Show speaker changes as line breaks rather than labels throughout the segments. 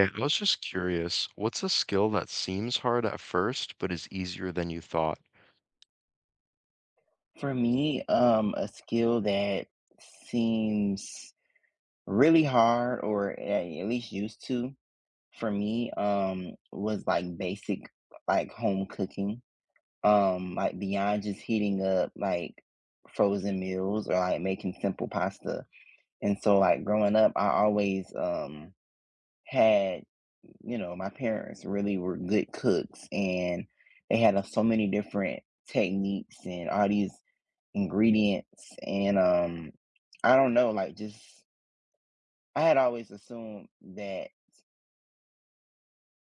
Okay, I was just curious, what's a skill that seems hard at first but is easier than you thought?
For me, a skill that seems really hard, or at least used to, for me, was like basic, like home cooking. Like beyond just heating up like frozen meals or like making simple pasta. And so, like growing up, I always had, you know, my parents really were good cooks, and they had so many different techniques and all these ingredients, and I don't know, like just I had always assumed that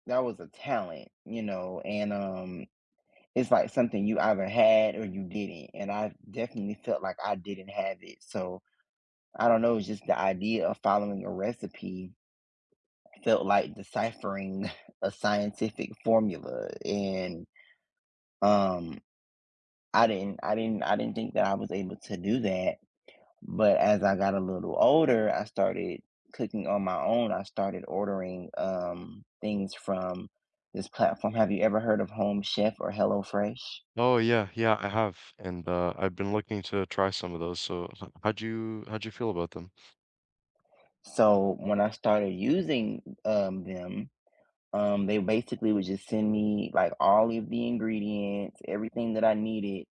that was a talent, you know, and it's like something you either had or you didn't. And I definitely felt like I didn't have it. So I don't know, it's just the idea of following a recipe felt like deciphering a scientific formula, and um I didn't think that I was able to do that. But as I got a little older, I started cooking on my own. I started ordering things from this platform. Have you ever heard of Home Chef or HelloFresh?
Oh yeah, yeah, I have, and I've been looking to try some of those. So how'd you feel about them?
So when I started using them, they basically would just send me like all of the ingredients, everything that I needed,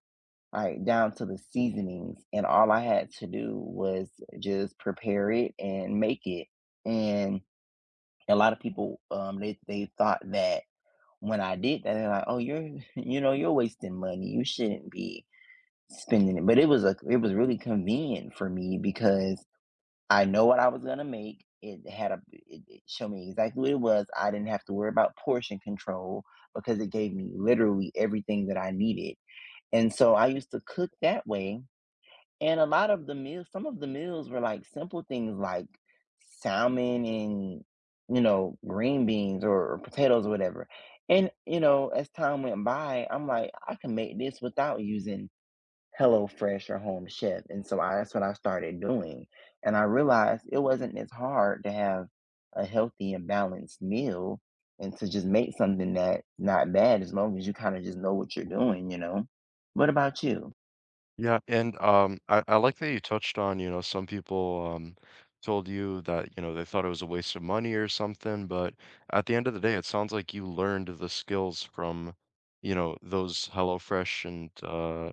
like down to the seasonings, and all I had to do was just prepare it and make it. And a lot of people, they thought that, when I did that, they're like, "Oh, you're you know, you're wasting money. You shouldn't be spending it." But it was really convenient for me because I know what I was gonna make. It showed me exactly what it was. I didn't have to worry about portion control because it gave me literally everything that I needed. And so I used to cook that way, and a lot of the meals some of the meals were, like, simple things like salmon and, you know, green beans or potatoes or whatever. And, you know, as time went by, I'm like, "I can make this without using HelloFresh or Home Chef," and so I that's what I started doing, and I realized it wasn't as hard to have a healthy and balanced meal, and to just make something that's not bad as long as you kinda just know what you're doing, you know? What about you?
Yeah, and I like that you touched on, you know, some people told you that, you know, they thought it was a waste of money or something, but at the end of the day, it sounds like you learned the skills from, you know, those HelloFresh and uh,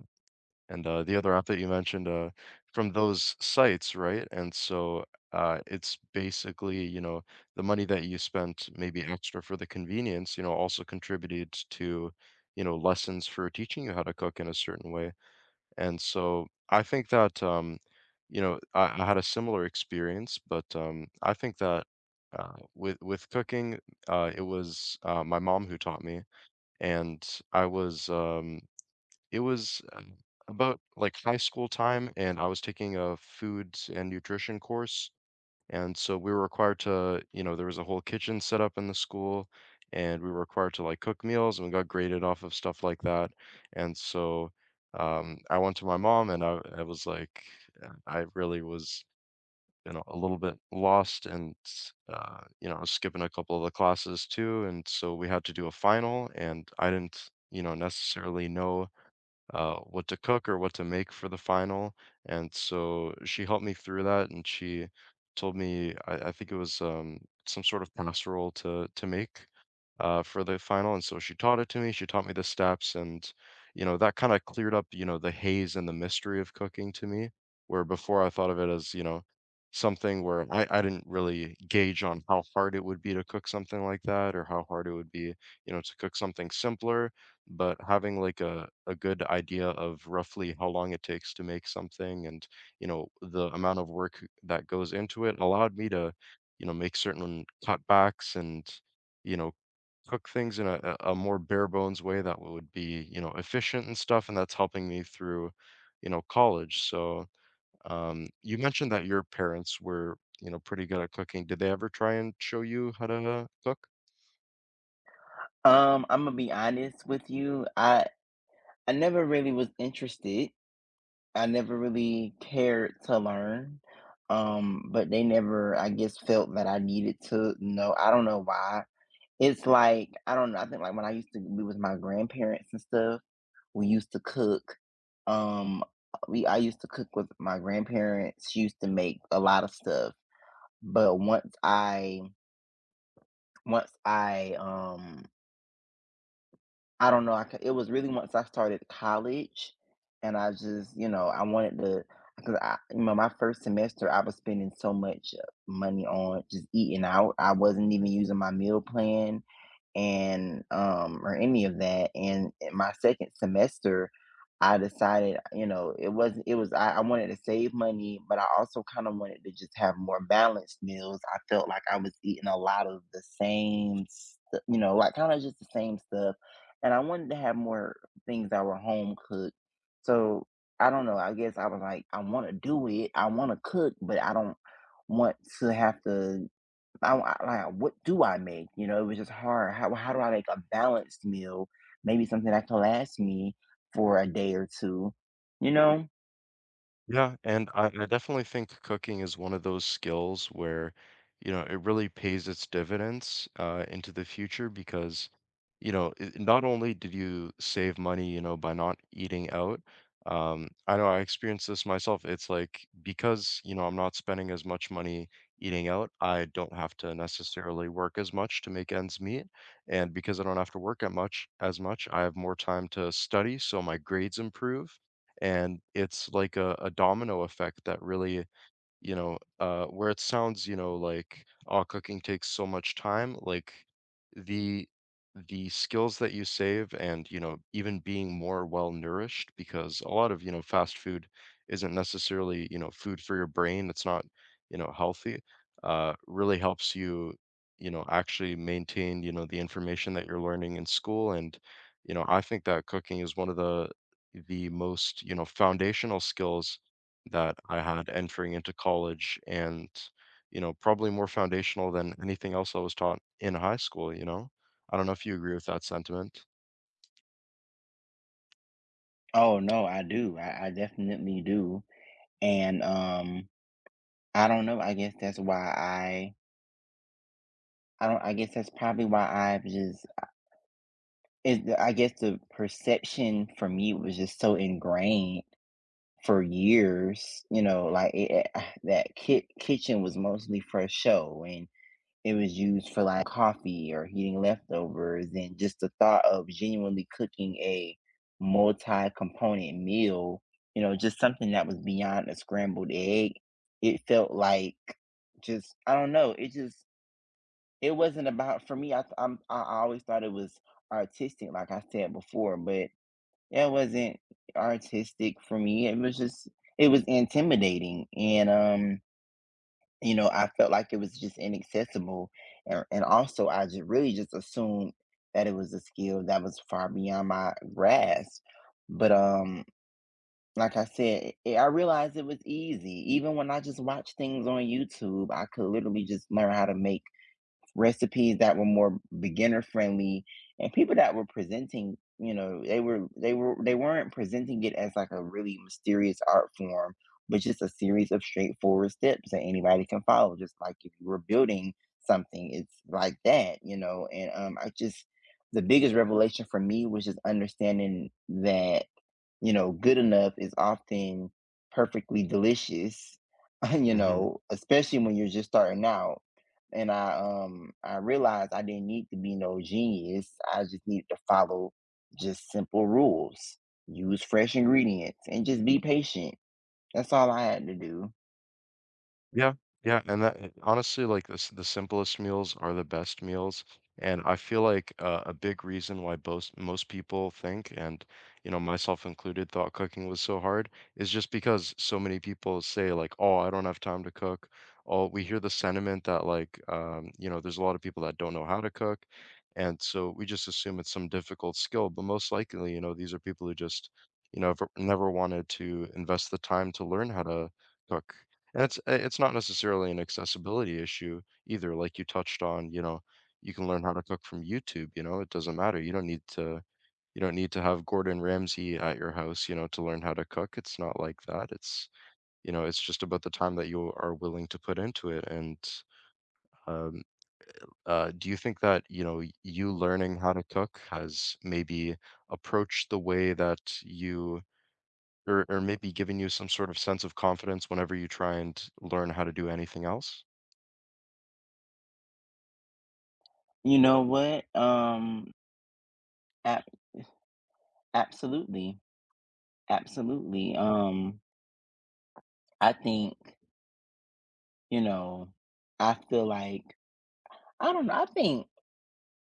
And uh, the other app that you mentioned from those sites, right? And so it's basically, you know, the money that you spent maybe extra for the convenience, you know, also contributed to, you know, lessons for teaching you how to cook in a certain way. And so I think that, you know, I had a similar experience, but I think that with cooking, it was my mom who taught me, and I was it was, about, like, high school time, and I was taking a foods and nutrition course, and so we were required to, you know, there was a whole kitchen set up in the school, and we were required to, like, cook meals, and we got graded off of stuff like that, and so, I went to my mom, and I was like, I really was, you know, a little bit lost and, you know, I was skipping a couple of the classes too, and so we had to do a final, and I didn't, you know, necessarily know what to cook or what to make for the final. And so she helped me through that, and she told me I think it was some sort of casserole to make for the final. And so she taught it to me. She taught me the steps, and you know that kind of cleared up, you know, the haze and the mystery of cooking to me, where before I thought of it as, you know, something where I didn't really gauge on how hard it would be to cook something like that or how hard it would be, you know, to cook something simpler, but having, like, a good idea of roughly how long it takes to make something and, you know, the amount of work that goes into it allowed me to, you know, make certain cutbacks and, you know, cook things in a more bare bones way that would be, you know, efficient and stuff, and that's helping me through, you know, college. So, you mentioned that your parents were, you know, pretty good at cooking. Did they ever try and show you how to cook?
I'm gonna be honest with you. I never really was interested. I never really cared to learn. But they never, I guess, felt that I needed to know. I don't know why. It's like I don't know. I think like when I used to be with my grandparents and stuff, we used to cook. Um, we I used to cook with my grandparents. She used to make a lot of stuff. But once I I don't know, I c it was really once I started college, and I just, you know, I wanted to, because I you know, my first semester, I was spending so much money on just eating out, I wasn't even using my meal plan, and or any of that. And in my second semester I decided, you know, it was not it was I wanted to save money, but I also kind of wanted to just have more balanced meals. I felt like I was eating a lot of the same you know, like kind of just the same stuff, and I wanted to have more things that were home cooked. So I don't know, I guess I was like, I want to do it, I want to cook, but I don't want to have to. I w I like, What do I make? You know, it was just hard. How do I make a balanced meal? Maybe something that can last me for a day or 2, you know?
Yeah, and I definitely think cooking is one of those skills where, you know, it really pays its dividends into the future because, you know, it, not only did you save money, you know, by not eating out, I know I experienced this myself. It's like because, you know, I'm not spending as much money eating out, I don't have to necessarily work as much to make ends meet. And because I don't have to work at much, I have more time to study, so my grades improve, and it's like a domino effect that really, you know, where it sounds, you know, like, "Oh, cooking takes so much time," like, the skills that you save and, you know, even being more well-nourished because a lot of, you know, fast food isn't necessarily, you know, food for your brain, it's not, you know, healthy, really helps you, you know, actually maintain, you know, the information that you're learning in school, and, you know, I think that cooking is one of the most, you know, foundational skills that I had entering into college and, you know, probably more foundational than anything else I was taught in high school, you know? I don't know if you agree with that sentiment.
Oh, no, I do. I definitely do, and, I don't know, I guess that's why I don't I guess that's probably why I've just it I guess the perception for me was just so ingrained for years, you know, like, it that ki kitchen was mostly for show, and it was used for like coffee or heating leftovers. And just the thought of genuinely cooking a multi-component meal, you know, just something that was beyond a scrambled egg, it felt like just I don't know, it just it wasn't about for me. I th- I'm, i I always thought it was artistic, like I said before, but it wasn't artistic for me, it was intimidating. And you know, I felt like it was just inaccessible. And also, I just really just assumed that it was a skill that was far beyond my grasp. But like I said, I realized it was easy. Even when I just watched things on YouTube, I could literally just learn how to make recipes that were more beginner friendly, and people that were presenting, you know, they weren't presenting it as like a really mysterious art form, but just a series of straightforward steps that anybody can follow, just like if you were building something. It's like that, you know, and I just the biggest revelation for me was just understanding that, you know, good enough is often perfectly delicious, you
Hmm.
know, especially when you're just starting out. And I realized I didn't need to be no genius. I just needed to follow just simple rules, use fresh ingredients, and just be patient. That's all I had to do.
Yeah, yeah, and that eh, honestly, like, this, the simplest meals are the best meals, and I feel like, a big reason why most people think, and, you know, myself included, thought cooking was so hard, is just because so many people say, like, "Oh, I don't have time to cook." Oh, we hear the sentiment that, like, you know, there's a lot of people that don't know how to cook, and so we just assume it's some difficult skill, but most likely, you know, these are people who just, you know, ever never wanted to invest the time to learn how to cook. And it's not necessarily an accessibility issue either. Like you touched on, you know, you can learn how to cook from YouTube, you know, it doesn't matter. You don't need to have Gordon Ramsay at your house, you know, to learn how to cook. It's not like that. It's, you know, it's just about the time that you are willing to put into it. And um, do you think that, you know, you learning how to cook has maybe approached the way that you or maybe given you some sort of sense of confidence whenever you try and learn how to do anything else?
You know what? Ab- Absolutely. Absolutely. I think, you know, I feel like I don't know. I think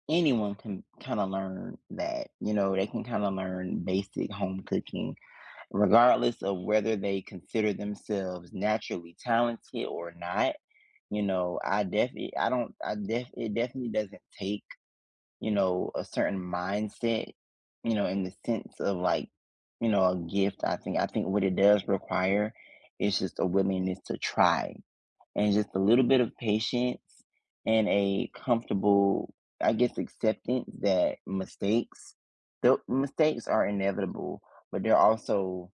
anyone can kind of learn that. You know, they can kind of learn basic home cooking, regardless of whether they consider themselves naturally talented or not. You know, I definitely, I don't, I def, it definitely doesn't take, you know, a certain mindset, you know, in the sense of like, you know, a gift. I think what it does require is just a willingness to try, and just a little bit of patience, and a comfortable, I guess, acceptance that the mistakes are inevitable, but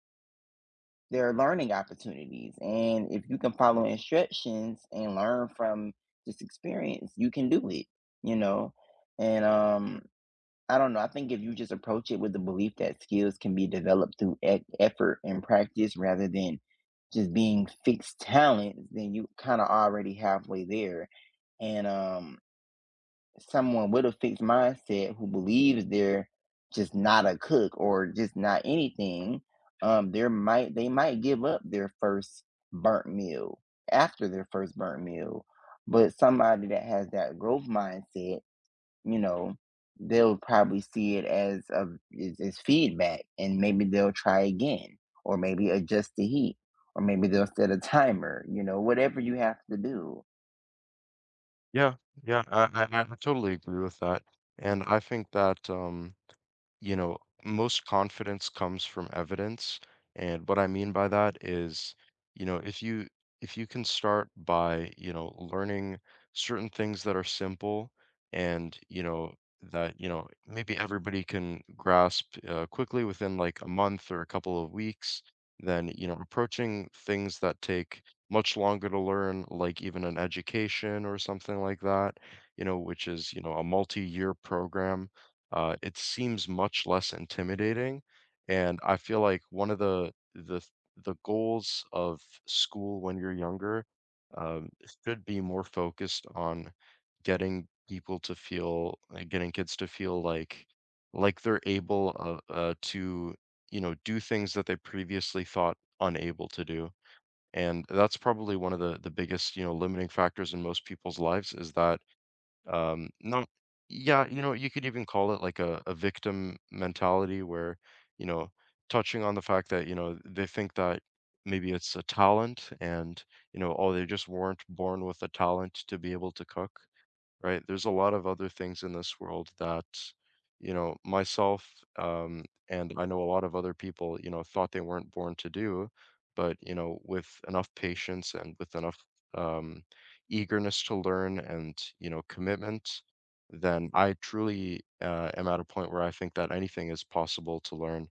they're learning opportunities. And if you can follow instructions and learn from this experience, you can do it. You know, and I don't know. I think if you just approach it with the belief that skills can be developed through effort and practice rather than just being fixed talent, then you kind of already halfway there. And someone with a fixed mindset who believes they're just not a cook or just not anything, there might they might give up their first burnt meal after their first burnt meal. But somebody that has that growth mindset, you know, they'll probably see it as as feedback, and maybe they'll try again, or maybe adjust the heat, or maybe they'll set a timer. You know, whatever you have to do.
Yeah, yeah, I totally agree with that, and I think that, you know, most confidence comes from evidence. And what I mean by that is, you know, if you can start by, you know, learning certain things that are simple and, you know, that, you know, maybe everybody can grasp quickly within like a month or a couple of weeks, then, you know, approaching things that take much longer to learn, like even an education or something like that, you know, which is, you know, a multi-year program, it seems much less intimidating, and I feel like one of the goals of school when you're younger, um, should be more focused on getting people to feel like, getting kids to feel like they're able to, you know, do things that they previously thought unable to do. And that's probably one of the biggest, you know, limiting factors in most people's lives is that not yeah, you know, you could even call it like a victim mentality where, you know, touching on the fact that, you know, they think that maybe it's a talent and, you know, oh, they just weren't born with a talent to be able to cook, right? There's a lot of other things in this world that, you know, myself and I know a lot of other people, you know, thought they weren't born to do, but you know, with enough patience and with enough, um, eagerness to learn and you know commitment, then I truly am at a point where I think that anything is possible to learn,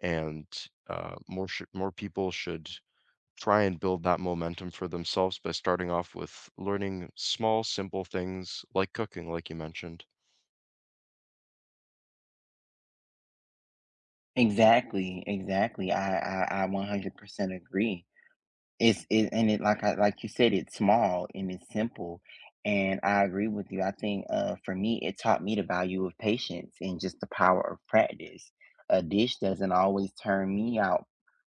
and more people should try and build that momentum for themselves by starting off with learning small, simple things like cooking, like you mentioned.
Exactly, exactly. I 100% agree. It's it, and it, like you said, it's small and it's simple. And I agree with you. I think for me, it taught me the value of patience and just the power of practice. A dish doesn't always turn me out,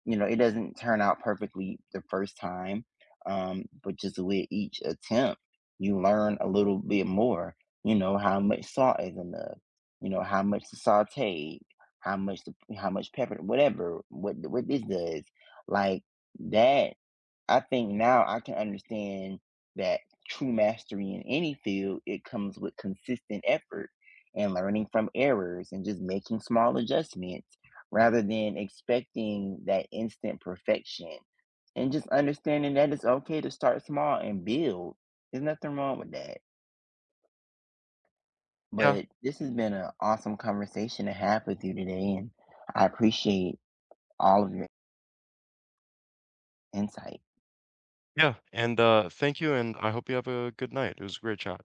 you know, it doesn't turn out perfectly the first time, but just with each attempt, you learn a little bit more, you know, how much salt is enough, you know, how much to saute, how much pepper, whatever, what this does. Like that, I think now I can understand that true mastery in any field, it comes with consistent effort and learning from errors and just making small adjustments rather than expecting that instant perfection. And just understanding that it's okay to start small and build. There's nothing wrong with that.
Yeah,
But this has been an awesome conversation to have with you today, and I appreciate all of your insight.
yeah. And thank you, and I hope you have a good night. It was a great chat.